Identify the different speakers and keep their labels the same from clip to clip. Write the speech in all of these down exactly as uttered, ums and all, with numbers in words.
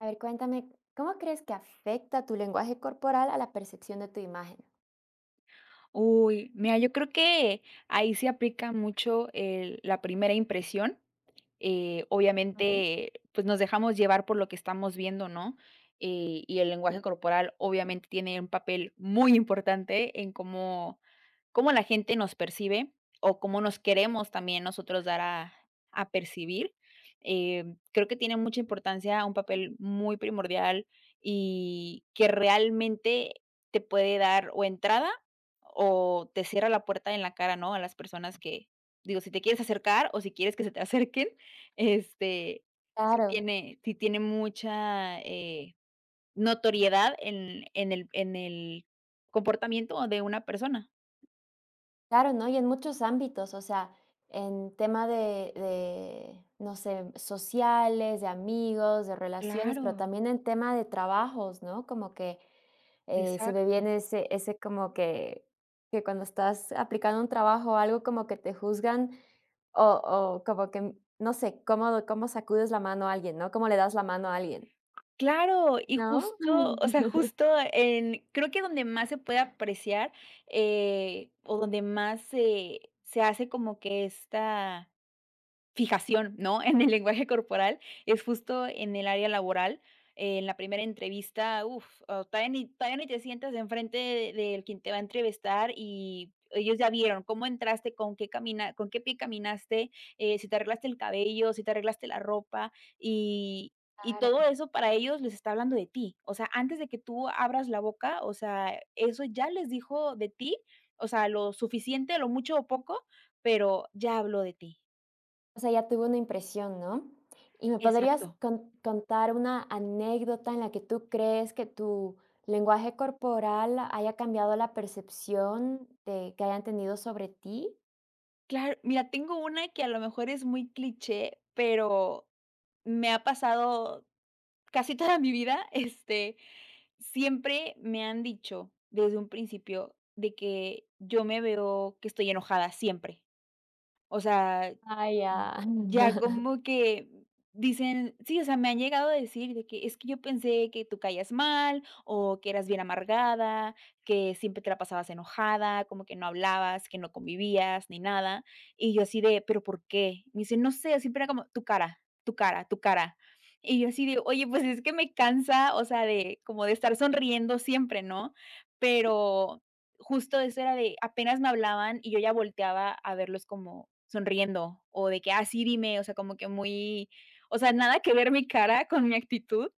Speaker 1: A ver, cuéntame, ¿cómo crees que afecta tu lenguaje corporal a la percepción de tu imagen?
Speaker 2: Uy, mira, yo creo que ahí se aplica mucho el la primera impresión. Eh,
Speaker 1: Ujú.
Speaker 2: obviamente, pues, nos dejamos llevar por lo que estamos viendo, ¿no? Eh, y el lenguaje corporal, obviamente, tiene un papel muy importante en cómo cómo la gente nos percibe, o cómo nos queremos también nosotros dar a a percibir. Em, creo que tiene mucha importancia, un papel muy primordial, y que realmente te puede dar o entrada o te cierra la puerta en la cara, ¿no? A las personas que, digo, si te quieres acercar o si quieres que se te acerquen, este, si
Speaker 1: Claro,
Speaker 2: tiene si tiene mucha, eh, notoriedad en en el en el comportamiento de una persona.
Speaker 1: claro, ¿no? Y en muchos ámbitos, o sea, en tema de, de, no sé, sociales, de amigos, de relaciones, pero
Speaker 2: Claro,
Speaker 1: también en tema de trabajos, ¿no? Como que eh, se ve bien
Speaker 2: exacto.
Speaker 1: ese, ese como que, que cuando estás aplicando un trabajo o algo como que te juzgan o, o como que, no sé, cómo, cómo sacudes la mano a alguien, ¿no? ¿Cómo le das la mano a alguien?
Speaker 2: Claro, y
Speaker 1: ¿No?
Speaker 2: justo, o sea, justo en creo que donde más se puede apreciar, eh, o donde más se se hace como que esta fijación, ¿no? En el lenguaje corporal, es justo en el área laboral. Eh, en la primera entrevista, uff, todavía ni todavía ni te sientas enfrente de del quien te va a entrevistar y ellos ya vieron cómo entraste, con qué camina con qué pie caminaste, eh, si te arreglaste el cabello, si te arreglaste la ropa, y y todo
Speaker 1: Claro.
Speaker 2: eso para ellos les está hablando de ti. O sea, antes de que tú abras la boca, o sea, eso ya les dijo de ti, o sea, lo suficiente, lo mucho o poco, pero ya habló de ti.
Speaker 1: O sea, ya tuvo una impresión, ¿no? ¿Y me
Speaker 2: Exacto.
Speaker 1: podrías con- contar una anécdota en la que tú crees que tu lenguaje corporal haya cambiado la percepción de que hayan tenido sobre ti?
Speaker 2: Claro, mira, tengo una que a lo mejor es muy cliché, pero me ha pasado casi toda mi vida, este, siempre me han dicho desde un principio de que yo me veo que estoy enojada siempre. O sea,
Speaker 1: Ay, ya.
Speaker 2: mm, ya como que dicen, sí, o sea, me han llegado a decir de que es que yo pensé que tú caías mal o que eras bien amargada, que siempre te la pasabas enojada, como que no hablabas, que no convivías ni nada. Y yo así de, pero ¿por qué? Me dicen, no sé, siempre era como tu cara, tu cara, tu cara. Y yo así de, oye, pues es que me cansa, o sea, de como de estar sonriendo siempre, ¿no? Pero justo eso era de apenas me hablaban y yo ya volteaba a verlos como sonriendo o de que, ah, sí, dime, o sea, como que muy, o sea, nada que ver mi cara con mi actitud.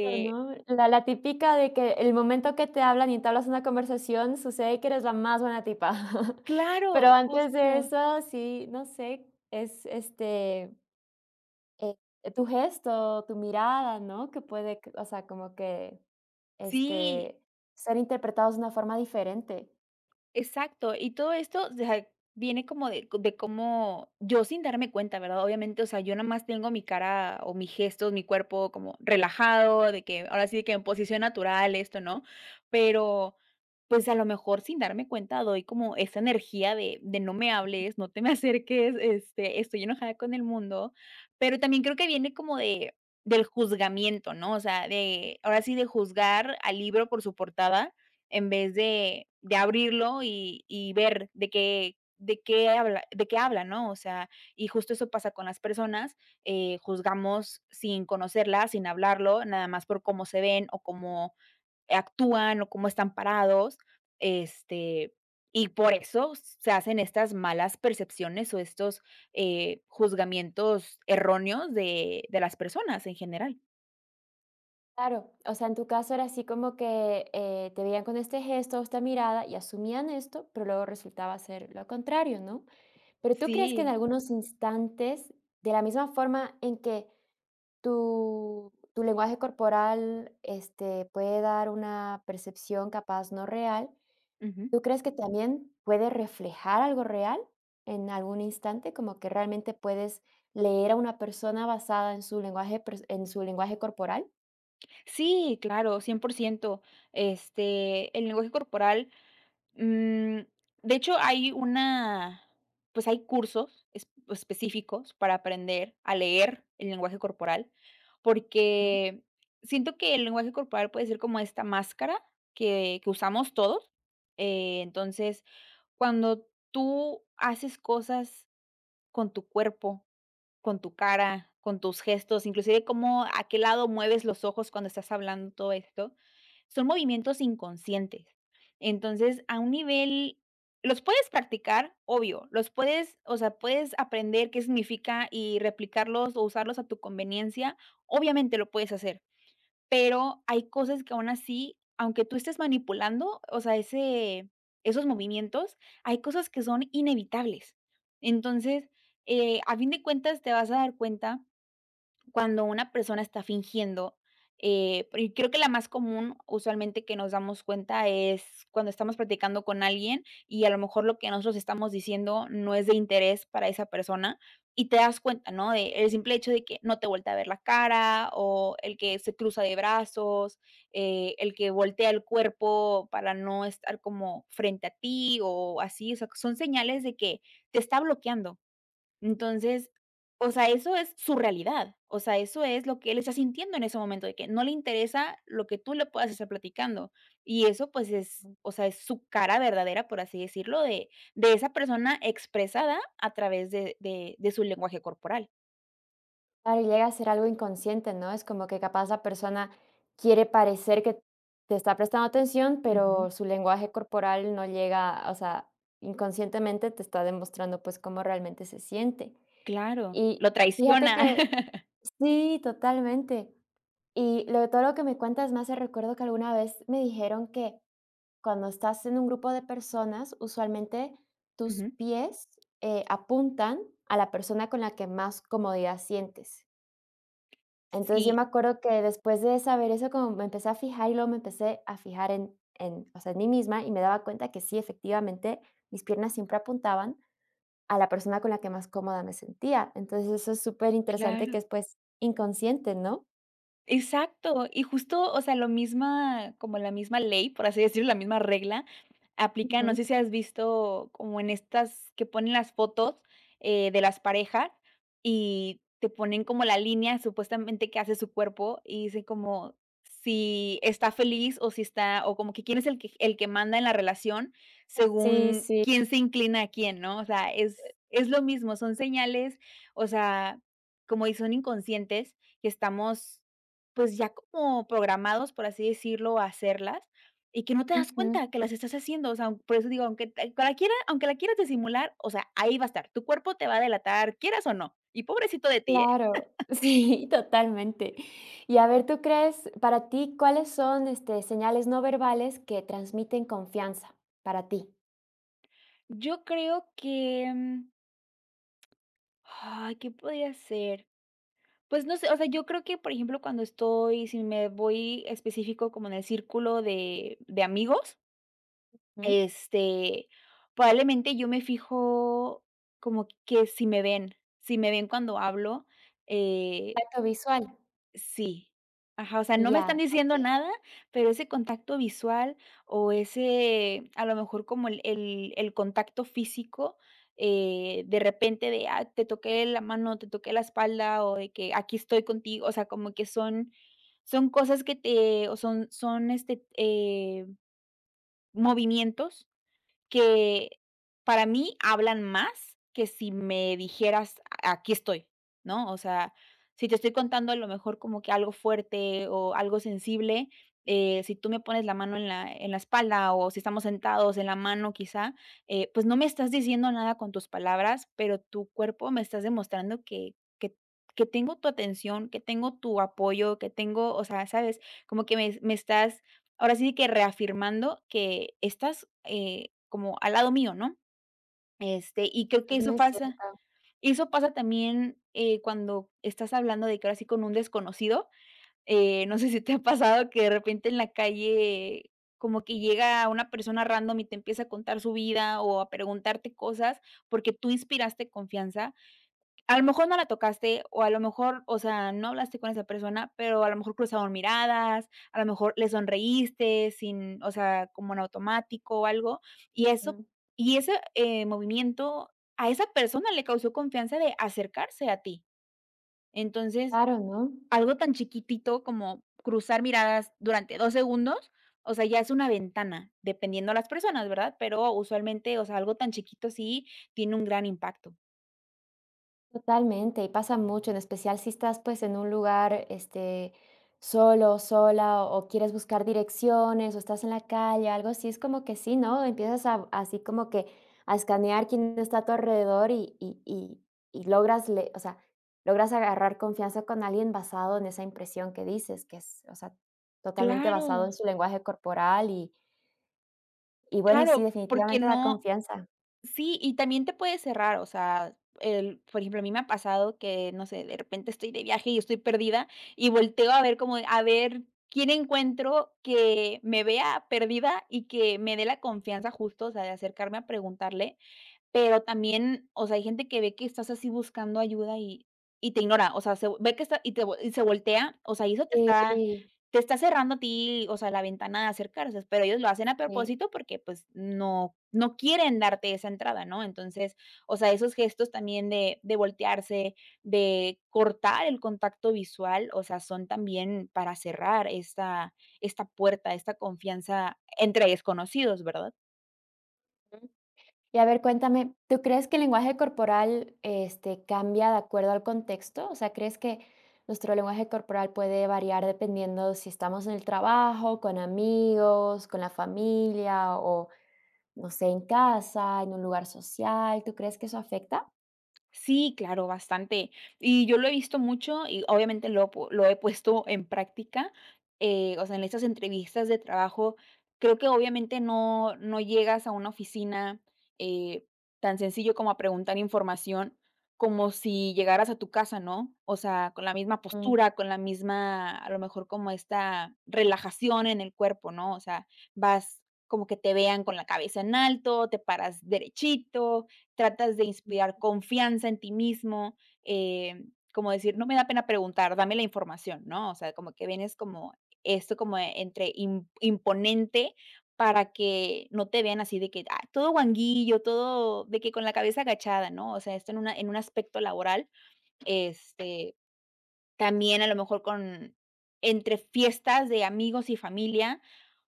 Speaker 1: Pero, ¿no? La, la típica de que el momento que te hablan y entablas una conversación sucede que eres la más buena tipa. Pero
Speaker 2: claro,
Speaker 1: antes de
Speaker 2: justo.
Speaker 1: eso, sí, no sé, es este. Eh, tu gesto, tu mirada, ¿no? Que puede, que- o sea, como que,
Speaker 2: Sí,
Speaker 1: este, ser interpretados de una forma diferente.
Speaker 2: exacto, y todo esto, o sea, viene como de de cómo yo sin darme cuenta, ¿verdad? Obviamente, o sea, yo nada más tengo mi cara o mis gestos, mi cuerpo como relajado, de que ahora sí de que en posición natural, esto, ¿no? Pero, pues, a lo mejor sin darme cuenta doy como esa energía de de no me hables, no te me acerques, este, estoy enojada con el mundo, pero también creo que viene como de del juzgamiento, ¿no? O sea, de ahora sí de juzgar al libro por su portada en vez de de abrirlo y y ver de qué de qué habla de qué habla, ¿no? O sea, y justo eso pasa con las personas, eh, juzgamos sin conocerlas, sin hablarlo, nada más por cómo se ven o cómo actúan o cómo están parados, este, y por eso se hacen estas malas percepciones o estos, eh, juzgamientos erróneos de de las personas en general.
Speaker 1: Claro, o sea, en tu caso era así como que eh, te veían con este gesto, esta mirada y asumían esto, pero luego resultaba ser lo contrario, ¿no? Pero tú crees que en
Speaker 2: Sí,
Speaker 1: algunos instantes, de la misma forma en que tu, tu lenguaje corporal este, puede dar una percepción capaz no real, ¿tú crees que también puede reflejar algo real en algún instante? Como que realmente puedes leer a una persona basada en su lenguaje, pers- en su lenguaje corporal.
Speaker 2: sí, claro, cien por ciento. Este, el lenguaje corporal, mm, de hecho, hay una pues hay cursos es- específicos para aprender a leer el lenguaje corporal,
Speaker 1: Ujú.
Speaker 2: porque siento que el lenguaje corporal puede ser como esta máscara que, que usamos todos. Eh, entonces, cuando tú haces cosas con tu cuerpo, con tu cara, con tus gestos, inclusive cómo a qué lado mueves los ojos cuando estás hablando, todo esto, son movimientos inconscientes. Entonces, a un nivel los puedes practicar, obvio, los puedes, o sea, puedes aprender qué significa y replicarlos o usarlos a tu conveniencia, obviamente lo puedes hacer, pero hay cosas que aún así, aunque tú estés manipulando, o sea, ese esos movimientos, hay cosas que son inevitables. Entonces, eh, a fin de cuentas, te vas a dar cuenta cuando una persona está fingiendo, eh, y creo que la más común, usualmente, que nos damos cuenta es cuando estamos platicando con alguien y a lo mejor lo que nosotros estamos diciendo no es de interés para esa persona y te das cuenta, ¿no? De el simple hecho de que no te voltea a ver la cara o el que se cruza de brazos, eh, el que voltea el cuerpo para no estar como frente a ti o así, o sea, son señales de que te está bloqueando. Entonces, o sea, eso es su realidad, o sea, eso es lo que él está sintiendo en ese momento, de que no le interesa lo que tú le puedas estar platicando. Y eso, pues, es, o sea, es su cara verdadera, por así decirlo, de, de esa persona expresada a través de, de, de su lenguaje corporal.
Speaker 1: Claro, y llega a ser algo inconsciente, ¿no? Es como que capaz la persona quiere parecer que te está prestando atención,
Speaker 2: Ujú.
Speaker 1: pero su lenguaje corporal no llega, o sea, inconscientemente te está demostrando pues cómo realmente se siente.
Speaker 2: Claro,
Speaker 1: Y
Speaker 2: lo
Speaker 1: fíjate
Speaker 2: traiciona.
Speaker 1: que sí, totalmente. Y lo todo lo que me cuentas me hace recuerdo que alguna vez me dijeron que cuando estás en un grupo de personas, usualmente tus
Speaker 2: Ujú.
Speaker 1: pies, eh, apuntan a la persona con la que más comodidad sientes. Entonces, yo me
Speaker 2: Sí,
Speaker 1: acuerdo que después de saber eso, como me empecé a fijar y luego me empecé a fijar en en, o sea, en mí misma y me daba cuenta que sí, efectivamente, mis piernas siempre apuntaban a la persona con la que más cómoda me sentía. Entonces, eso es súper interesante
Speaker 2: claro.
Speaker 1: que es, pues, inconsciente, ¿no?
Speaker 2: Exacto, y justo, o sea, lo misma como la misma ley, por así decirlo, la misma regla, aplica, no sé
Speaker 1: Ujú.
Speaker 2: si has visto como en estas que ponen las fotos, eh, de las parejas y te ponen como la línea supuestamente que hace su cuerpo y dicen como si está feliz o si está o como que quién es el que el que manda en la relación
Speaker 1: Sí,
Speaker 2: según
Speaker 1: sí.
Speaker 2: quién se inclina a quién, ¿no? O sea, es es lo mismo, son señales, o sea, como y son inconscientes que estamos pues, ya como programados, por así decirlo, a hacerlas, y que no te das
Speaker 1: Ujú,
Speaker 2: cuenta que las estás haciendo, o sea, por eso digo, aunque te aunque la quiera aunque la quieras disimular, o sea, ahí va a estar, tu cuerpo te va a delatar, quieras o no, y pobrecito de ti, ¿eh?
Speaker 1: claro. Sí, totalmente. Y a ver, ¿tú crees, para ti, cuáles son, este, señales no verbales que transmiten confianza para ti?
Speaker 2: Yo creo que, mm, ay, ¿qué podría ser? Pues, no sé, o sea, yo creo que, por ejemplo, cuando estoy si me voy específico como en el círculo de de amigos.
Speaker 1: Ujú.
Speaker 2: Este, probablemente yo me fijo como que si me ven, si me ven cuando hablo, eh,
Speaker 1: Contacto visual.
Speaker 2: sí. Ajá, o sea, no me
Speaker 1: Ya,
Speaker 2: están diciendo
Speaker 1: okey.
Speaker 2: nada, pero ese contacto visual o ese, a lo mejor como el el el contacto físico, eh, de repente de, ah, te toqué la mano, te toqué la espalda o de que aquí estoy contigo, o sea, como que son son cosas que te o son son, este, eh, movimientos que para mí hablan más que si me dijeras: "A- "Aquí estoy", ¿no? O sea, si te estoy contando a lo mejor como que algo fuerte o algo sensible, eh, si tú me pones la mano en la en la espalda o si estamos sentados en la mano quizá, eh, pues no me estás diciendo nada con tus palabras, pero tu cuerpo me estás demostrando que que que tengo tu atención, que tengo tu apoyo, que tengo, o sea, ¿sabes? Como que me me estás ahora sí que reafirmando que estás, eh, como al lado mío, ¿no? Este, y creo
Speaker 1: Eso
Speaker 2: que
Speaker 1: es
Speaker 2: eso
Speaker 1: muy
Speaker 2: pasa
Speaker 1: cierto.
Speaker 2: eso pasa también, eh, cuando estás hablando de que ahora sí con un desconocido, eh, no sé si te ha pasado que de repente en la calle como que llega una persona random y te empieza a contar su vida o a preguntarte cosas porque tú inspiraste confianza, a lo mejor no la tocaste, o a lo mejor, o sea, no hablaste con esa persona, pero a lo mejor cruzaron miradas, a lo mejor le sonreíste sin, o sea, como en automático o algo, y eso
Speaker 1: Mm,
Speaker 2: y ese, eh, movimiento a esa persona le causó confianza de acercarse a ti. Entonces,
Speaker 1: claro, ¿no?
Speaker 2: algo tan chiquitito como cruzar miradas durante dos segundos, o sea, ya es una ventana, dependiendo las personas, ¿verdad? Pero usualmente, o sea, algo tan chiquito sí tiene un gran impacto.
Speaker 1: Totalmente, y pasa mucho, en especial si estás pues en un lugar este solo, sola o, o quieres buscar direcciones o estás en la calle, algo así, es como que sí, ¿no? Empiezas a, así como que a escanear quién está a tu alrededor y, y, y, y logras, le- o sea, logras agarrar confianza con alguien basado en esa impresión que dices, que es, o sea, totalmente basado
Speaker 2: Claro.
Speaker 1: en su lenguaje corporal y, y bueno, sí,
Speaker 2: Claro, porque
Speaker 1: definitivamente da
Speaker 2: no
Speaker 1: confianza.
Speaker 2: sí, y también te puede cerrar, o sea, el por ejemplo, a mí me ha pasado que, no sé, de repente estoy de viaje y estoy perdida, y volteo a ver como de, a ver quién encuentro que me vea perdida y que me dé la confianza justo, o sea, de acercarme a preguntarle. Pero también, o sea, hay gente que ve que estás así buscando ayuda y y te ignora, o sea, se ve que está y te vo- y se voltea, o sea, y eso te está
Speaker 1: Sí,
Speaker 2: te está cerrando a ti, o sea, la ventana de acercarse, pero ellos lo hacen a
Speaker 1: sí.
Speaker 2: propósito porque, pues, no no quieren darte esa entrada, ¿no? Entonces, o sea, esos gestos también de de voltearse, de cortar el contacto visual, o sea, son también para cerrar esta esta puerta, esta confianza entre desconocidos, ¿verdad?
Speaker 1: Y a ver, cuéntame, ¿tú crees que el lenguaje corporal, este, cambia de acuerdo al contexto? O sea, ¿crees que nuestro lenguaje corporal puede variar dependiendo si estamos en el trabajo, con amigos, con la familia o, no sé, en casa, en un lugar social? ¿Tú crees que eso afecta?
Speaker 2: Sí, claro, bastante. Y yo lo he visto mucho y obviamente lo, pu- lo he puesto en práctica, eh, o sea, en estas entrevistas de trabajo, creo que obviamente no, no llegas a una oficina eh, tan sencillo como a preguntar información, como si llegaras a tu casa, ¿no? O sea, con la misma
Speaker 1: Mm.
Speaker 2: postura, con la misma, a lo mejor como esta relajación en el cuerpo, ¿no? O sea, vas como que te vean con la cabeza en alto, te paras derechito, tratas de inspirar confianza en ti mismo, eh, como decir: "No me da pena preguntar, dame la información", ¿no? O sea, como que vienes como esto como e- entre im imponente para que no te vean así de que, ah, todo guanguillo, todo de que con la cabeza agachada, ¿no? O sea, esto en una en un aspecto laboral, este, también a lo mejor con entre fiestas de amigos y familia,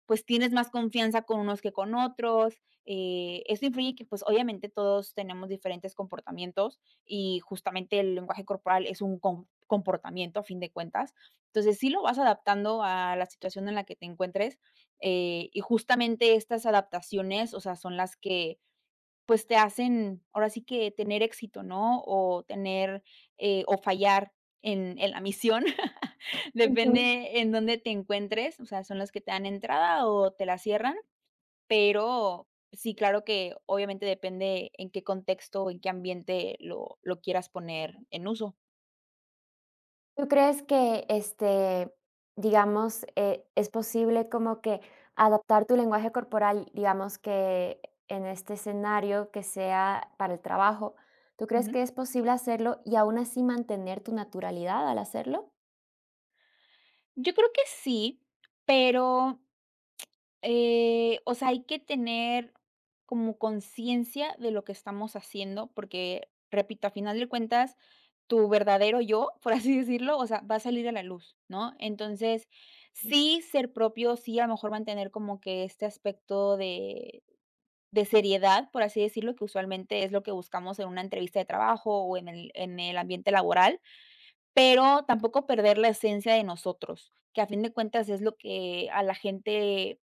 Speaker 2: pues tienes más confianza con unos que con otros. Eh, eso influye que pues obviamente todos tenemos diferentes comportamientos y justamente el lenguaje corporal es un com- comportamiento a fin de cuentas. Entonces sí lo vas adaptando a la situación en la que te encuentres, eh, y justamente estas adaptaciones, o sea, son las que pues te hacen ahora sí que tener éxito, ¿no? O tener, eh, o fallar en, en la misión.
Speaker 1: Ujú.
Speaker 2: Depende en dónde te encuentres, o sea, son los que te dan entrada o te la cierran, pero sí, claro que obviamente depende en qué contexto o en qué ambiente lo lo quieras poner en uso.
Speaker 1: ¿Tú crees que, este, digamos, eh, es posible como que adaptar tu lenguaje corporal, digamos que en este escenario que sea para el trabajo, ¿tú crees
Speaker 2: Ujú.
Speaker 1: que es posible hacerlo y aún así mantener tu naturalidad al hacerlo?
Speaker 2: Yo creo que sí, pero Eh, o sea, hay que tener como conciencia de lo que estamos haciendo, porque, repito, a final de cuentas, tu verdadero yo, por así decirlo, o sea, va a salir a la luz, ¿no? Entonces,
Speaker 1: Sí.
Speaker 2: sí ser propio, sí a lo mejor mantener como que este aspecto de, de seriedad, por así decirlo, que usualmente es lo que buscamos en una entrevista de trabajo o en el, en el ambiente laboral, pero tampoco perder la esencia de nosotros, que a fin de cuentas es lo que a la gente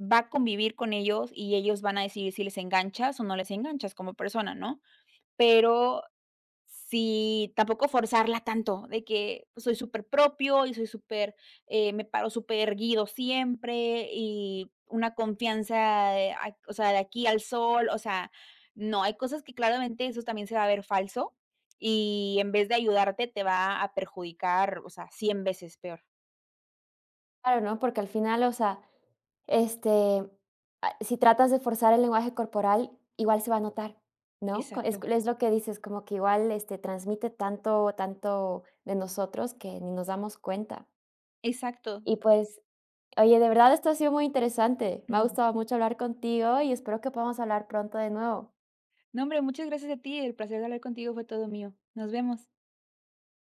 Speaker 2: va a convivir con ellos y ellos van a decidir si les enganchas o no les enganchas como persona, ¿no? Pero si tampoco forzarla tanto, de que pues, soy súper propio y soy súper, eh, me paro súper erguido siempre y una confianza, de a o sea, de aquí al sol, o sea, no, hay cosas que claramente eso también se va a ver falso y en vez de ayudarte te va a perjudicar, o sea, cien veces peor.
Speaker 1: Claro, ¿no? Porque al final, o sea, este, ah, si tratas de forzar el lenguaje corporal, igual se va a notar, ¿no? Co-
Speaker 2: Exacto,
Speaker 1: Es, es lo que dices, como que igual, este, transmite tanto, tanto de nosotros que ni nos damos cuenta.
Speaker 2: exacto.
Speaker 1: Y pues, oye, de verdad esto ha sido muy interesante. Me ha gustado mucho hablar contigo y espero que podamos hablar pronto de nuevo.
Speaker 2: No, hombre, muchas gracias a ti. El placer de hablar contigo fue todo mío. Nos vemos.